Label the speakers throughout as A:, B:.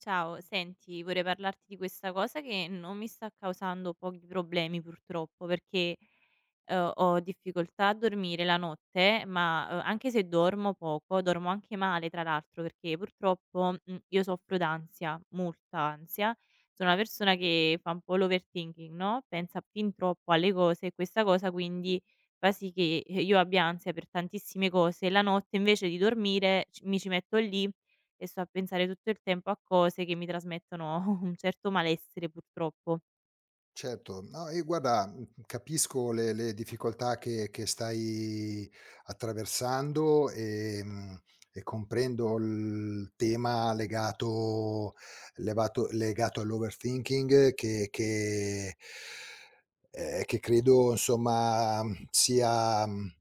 A: Ciao, senti, vorrei parlarti di questa cosa che non mi sta causando pochi problemi purtroppo, perché ho difficoltà a dormire la notte, ma anche se dormo poco, dormo anche male, tra l'altro, perché purtroppo io soffro d'ansia, molta ansia. Sono una persona che fa un po' l'overthinking, no? Pensa fin troppo alle cose e questa cosa quindi fa sì che io abbia ansia per tantissime cose. La notte invece di dormire mi ci metto lì e sto a pensare tutto il tempo a cose che mi trasmettono un certo malessere purtroppo.
B: Certo, no, e guarda, mhmm, capisco le difficoltà che stai attraversando, e comprendo il tema legato levato legato all'overthinking che che credo insomma sia, mhmm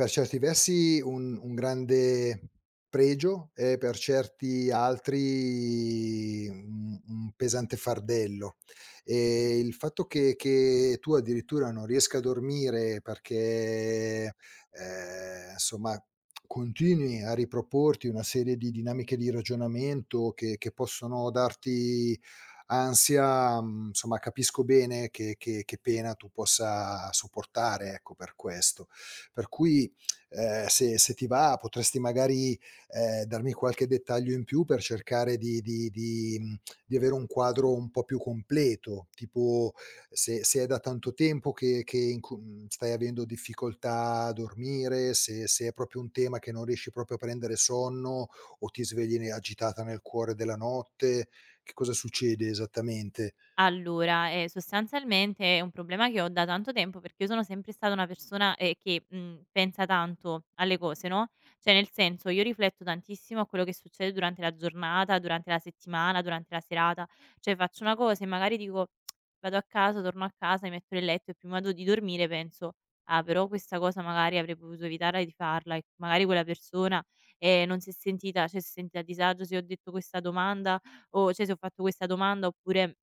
B: per certi versi un grande pregio e per certi altri un pesante fardello. Il fatto che tu addirittura non riesca a dormire perché, insomma continui a riproporti una serie di dinamiche di ragionamento che possono darti ansia, mhmm, insomma capisco bene che che pena tu possa sopportare, ecco, per questo. Per cui se ti va potresti magari, darmi qualche dettaglio in più per cercare di mhmm, di avere un quadro un po' più completo, tipo se è da tanto tempo che in cu mhmm, stai avendo difficoltà a dormire, se è proprio un tema che non riesci proprio a prendere sonno o ti svegli ne agitata nel cuore della notte, che cosa succede esattamente?
A: Allora, sostanzialmente è un problema che ho da tanto tempo, perché io sono sempre stata una persona, che, pensa tanto alle cose, no, cioè nel senso, io rifletto tantissimo a quello che succede durante la giornata, durante la settimana, durante la serata, cioè faccio una cosa e magari dico: "Tsk, Vado a casa, torno a casa, mi metto nel letto" e prima do di dormire penso: "Ah, però questa cosa magari avrei potuto evitare di farla e magari quella persona, non si è sentita cioè si è sentita a disagio se ho detto questa domanda o cioè se ho fatto questa domanda oppure"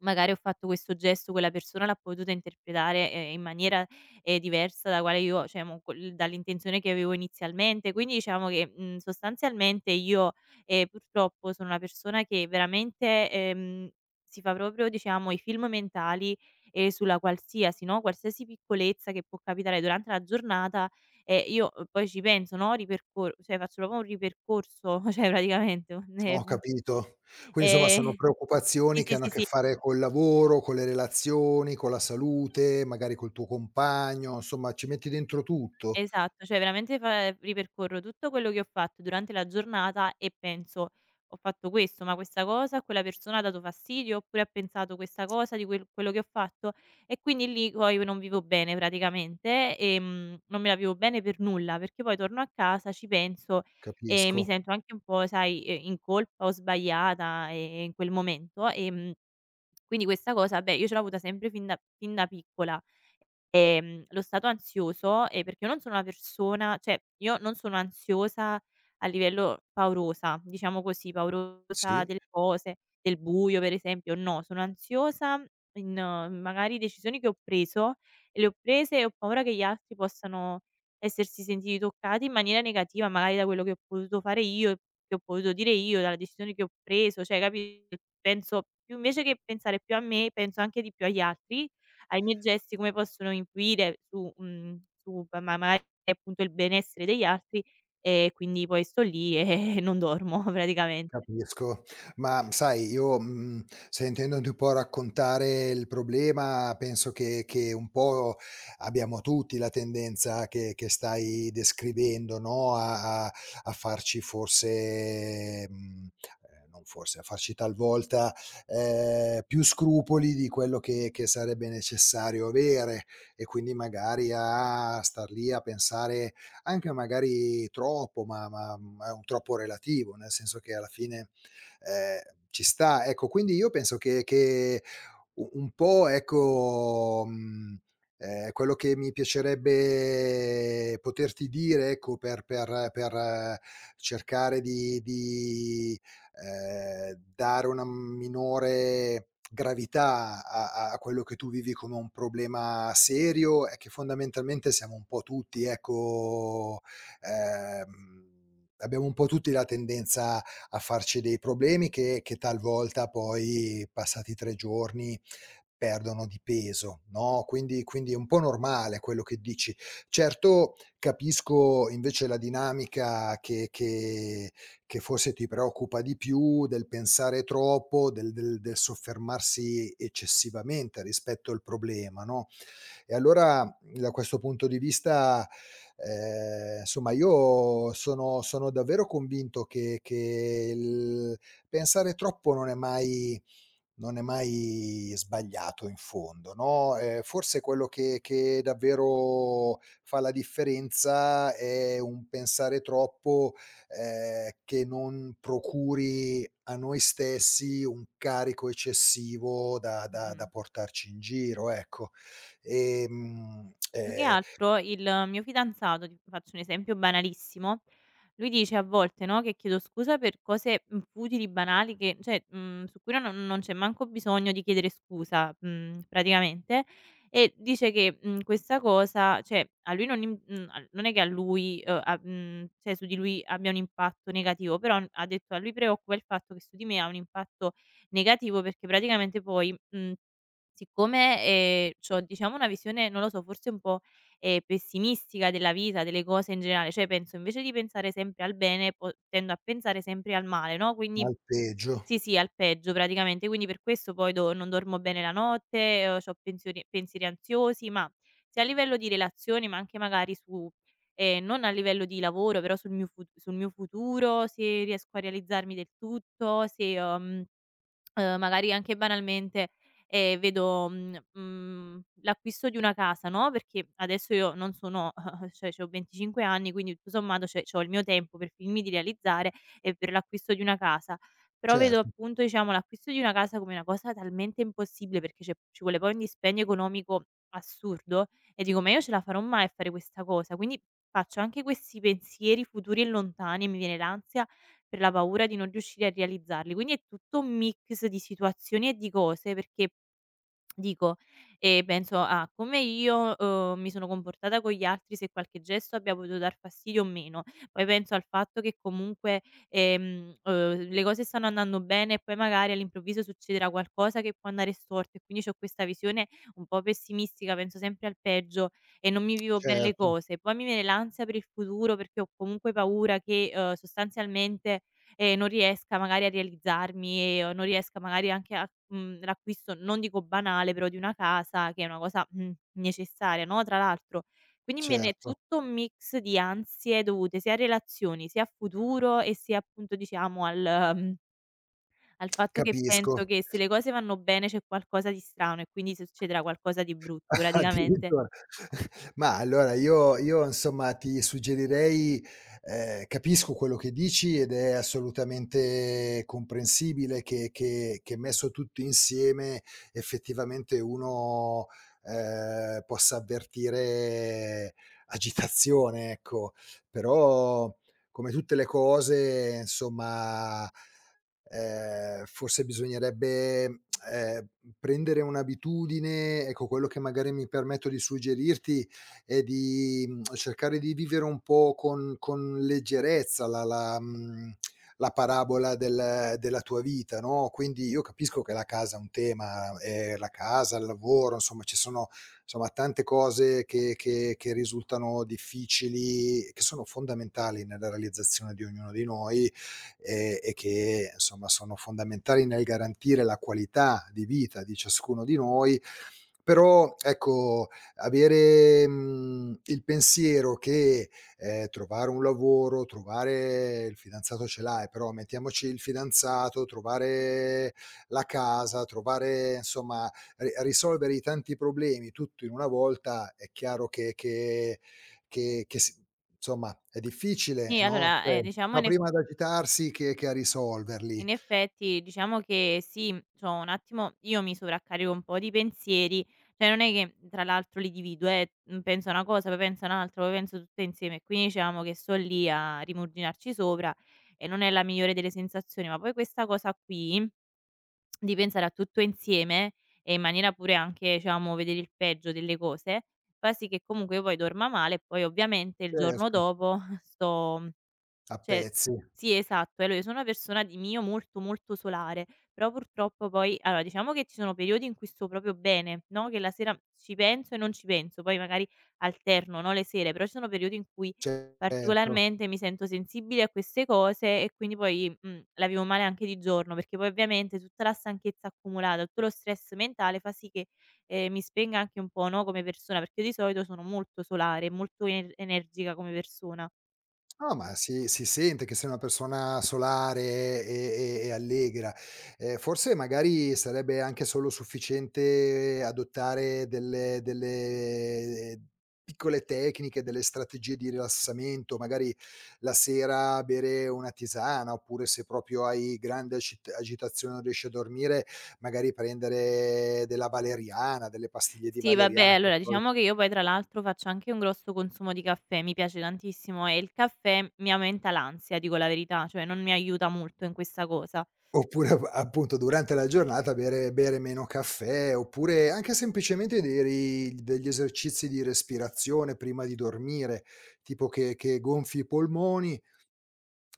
A: magari ho fatto questo gesto, quella persona l'ha potuta interpretare, in maniera, diversa da quale io cioè mo col dall'intenzione che avevo inizialmente. Quindi diciamo che, sostanzialmente io, purtroppo sono una persona che veramente, si fa proprio diciamo i film mentali, sulla qualsiasi no, qualsiasi piccolezza che può capitare durante la giornata e io poi ci penso, no, ripercor cioè faccio proprio un ripercorso, cioè praticamente un
B: Ho capito. Quindi insomma sono
A: ehm
B: preoccupazioni
A: sì,
B: che
A: sì,
B: hanno a
A: sì,
B: che
A: sì.
B: fare col lavoro, con le relazioni, con la salute, magari col tuo compagno, insomma ci metti dentro tutto.
A: Esatto, cioè veramente fa ripercorro tutto quello che ho fatto durante la giornata e penso: "Ho fatto questo, ma questa cosa a quella persona ha dato fastidio, oppure ha pensato questa cosa di quello che ho fatto". E quindi lì poi non vivo bene praticamente, non me la vivo bene per nulla, perché poi torno a casa, ci penso e mi
B: Capisco.
A: sento anche un po', sai, in colpa o sbagliata, in quel momento. Quindi questa cosa, beh, io ce l'ho avuta sempre fin da piccola. Lo stato ansioso, perché io non sono una persona cioè io non sono ansiosa a livello paurosa, diciamo così, paurosa
B: Sì.
A: delle cose, del buio per esempio, no, sono ansiosa in magari decisioni che ho preso e le ho prese e ho paura che gli altri possano essersi sentiti toccati in maniera negativa, magari da quello che ho potuto fare io, che ho potuto dire io, dalle decisioni che ho preso, cioè capi penso più invece che pensare più a me, penso anche di più agli altri ai miei gesti come possono influire su mhmm, su p ma magari appunto il benessere degli altri e quindi poi sto lì e non dormo praticamente.
B: Capisco, ma sai io, mhmm, sentendoti un po' raccontare il problema penso che un po' abbiamo tutti la tendenza che stai descrivendo, no, a farci forse, non forse, a farci talvolta, più scrupoli di quello che sarebbe necessario avere e quindi magari a star lì a pensare anche magari troppo, mhmm, è un troppo relativo, nel senso che alla fine, ehm, ci sta. Ecco, quindi io penso che u un po' ecco, quello che mi piacerebbe poterti dire, ecco, per cercare di dare una minore gravità a quello che tu vivi come un problema serio, è che fondamentalmente siamo un po' tutti, ecco, ehm, abbiamo un po' tutti la tendenza a farci dei problemi che talvolta poi passati 3 giorni perdono di peso, no, quindi è un po' normale quello che dici. Certo, capisco invece la dinamica che forse ti preoccupa di più, del pensare troppo, del soffermarsi eccessivamente rispetto al problema, no, e allora da questo punto di vista, insomma io sono davvero convinto che il pensare troppo non è mai non è mai sbagliato in fondo, no, forse quello che davvero fa la differenza è un pensare troppo, che non procuri a noi stessi un carico eccessivo da da
A: Mh-mh.
B: da portarci in giro, ecco. Ehm,
A: Più che
B: ehm,
A: altro il mio fidanzato, ti faccio un esempio banalissimo, lui dice a volte, no, che chiedo scusa per cose, futili, banali che cioè, su cui non c'è manco bisogno di chiedere scusa, praticamente, e dice che, questa cosa cioè a lui non im mhmm, al non è che a lui, cioè su di lui abbia un impatto negativo, però ha detto: "A lui preoccupa il fatto che su di me ha un impatto negativo", perché praticamente poi, mhmm siccome, c'ho diciamo una visione, non lo so, forse un po', pessimistica della vita, delle cose in generale, cioè penso invece di pensare sempre al bene, po tendo a pensare sempre al male, no,
B: ma
A: quindi
B: al peggio.
A: sì, sì, al peggio praticamente, quindi per questo poi do non dormo bene la notte, c'ho pensiori pensieri ansiosi, ma sia a livello di relazioni, ma anche magari su non a livello di lavoro, però sul mio futuro, se riesco a realizzarmi del tutto, se, magari anche banalmente, vedo, l'acquisto di una casa, no, perché adesso io non sono cioè c'ho 25 anni, quindi tutto sommato cioè c'ho il mio tempo per finirmi di realizzare e per l'acquisto di una casa. Però vedo
B: Certo,
A: appunto, diciamo, l'acquisto di una casa come una cosa talmente impossibile perché c'è ci vuole poi un dispendio economico assurdo e dico: "Ma io ce la farò mai a fare questa cosa?" Quindi faccio anche questi pensieri futuri e lontani e mi viene l'ansia per la paura di non riuscire a realizzarli. Quindi è tutto un mix di situazioni e di cose perché dico, penso a come io, mi sono comportata con gli altri, se qualche gesto abbia potuto dar fastidio o meno. Poi penso al fatto che comunque, le cose stanno andando bene e poi magari all'improvviso succederà qualcosa che può andare storto e quindi c'ho questa visione un po' pessimistica, penso sempre al peggio e non mi vivo bene le
B: certo,
A: cose. Poi mi viene l'ansia per il futuro perché ho comunque paura che, sostanzialmente e non riesca magari a realizzarmi e o non riesca magari anche a l'acquisto, non dico banale, però di una casa che è una cosa, necessaria, no, tra l'altro. Quindi me ne è
B: certo.
A: tutto un mix di ansie dovute sia a relazioni, sia a futuro e sia appunto diciamo al al fatto che penso
B: Capisco.
A: che se le cose vanno bene c'è qualcosa di strano e quindi succederà qualcosa di brutto praticamente.
B: Addirittura. Ma allora io insomma ti suggerirei capisco quello che dici ed è assolutamente comprensibile che che messo tutto insieme effettivamente uno, possa avvertire agitazione, ecco. Però come tutte le cose insomma forse bisognerebbe, ehm, prendere un'abitudine, ecco quello che magari mi permetto di suggerirti è di, mhmm, cercare di vivere un po' con leggerezza la mhmm, la parabola della tua vita, no, quindi io capisco che la casa è un tema, la casa, il lavoro, insomma ci sono insomma tante cose che che risultano difficili, che sono fondamentali nella realizzazione di ognuno di noi e che insomma sono fondamentali nel garantire la qualità di vita di ciascuno di noi però ecco avere il pensiero che trovare un lavoro, trovare il fidanzato ce l'hai, però mettiamoci il fidanzato, trovare la casa, trovare insomma risolvere i tanti problemi tutto in una volta è chiaro che insomma, è difficile,
A: Sì,
B: no,
A: allora,
B: cioè fa prima ad agitarsi che a risolverli.
A: in effetti diciamo che sì, c'ho un attimo io mi sovraccarico un po' di pensieri, cioè non è che tra l'altro li divido, penso una cosa, poi penso un'altra, poi penso tutte insieme e quindi diciamo che sto lì a rimuginarci sopra e non è la migliore delle sensazioni. Ma poi questa cosa qui di pensare a tutto insieme e in maniera pure anche, diciamo, vedere il peggio delle cose, fa sì che comunque io poi dorma male e poi ovviamente il giorno
B: Certo,
A: dopo
B: a
A: cioè
B: pezzi,
A: sì, esatto. Allora io sono una persona di mio molto, molto solare, però purtroppo poi allora diciamo che ci sono periodi in cui sto proprio bene, no, che la sera ci penso e non ci penso, poi magari alterno, no, le sere, però ci sono periodi in cui
B: certo.
A: particolarmente mi sento sensibile a queste cose e quindi poi, la vivo male anche di giorno, perché poi ovviamente tutta la stanchezza accumulata, tutto lo stress mentale fa sì che, mi spenga anche un po', no, come persona, perché io di solito sono molto solare, molto energica come persona.
B: No, ma si sente che sei una persona solare e allegra. Forse magari sarebbe anche solo sufficiente adottare delle piccole tecniche, delle strategie di rilassamento, magari la sera bere una tisana, oppure se proprio hai grande acit agitazione e non riesci a dormire, magari prendere della valeriana, delle pastiglie di
A: Sì, vabbè,
B: valeriana che
A: allora
B: trovi.
A: diciamo che io poi tra l'altro faccio anche un grosso consumo di caffè, mi piace tantissimo e il caffè mi aumenta l'ansia, dico la verità, cioè non mi aiuta molto in questa cosa.
B: Oppure ap appunto durante la giornata bere meno caffè, oppure anche semplicemente dei ri degli esercizi di respirazione prima di dormire, tipo che gonfi i polmoni,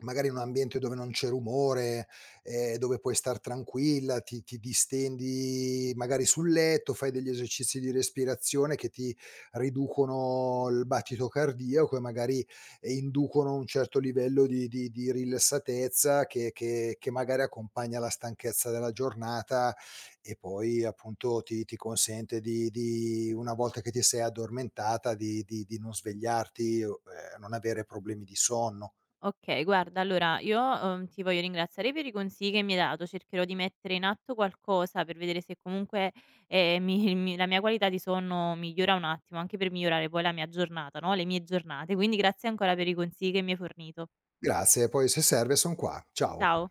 B: magari in un ambiente dove non c'è rumore, dove puoi star tranquilla, ti distendi magari sul letto, fai degli esercizi di respirazione che ti riducono il battito cardiaco e magari, inducono un certo livello di rilassatezza che che magari accompagna la stanchezza della giornata e poi appunto ti consente di una volta che ti sei addormentata di non svegliarti o, non avere problemi di sonno.
A: Okay, guarda allora io, ti voglio ringraziare per i consigli che mi hai dato, cercherò di mettere in atto qualcosa per vedere se comunque, mi mi la mia qualità di sonno migliora un attimo, anche per migliorare poi la mia giornata, no, le mie giornate. Quindi grazie ancora per i consigli che mi hai fornito.
B: Grazie, poi se serve son qua. Ciao.
A: Ciao.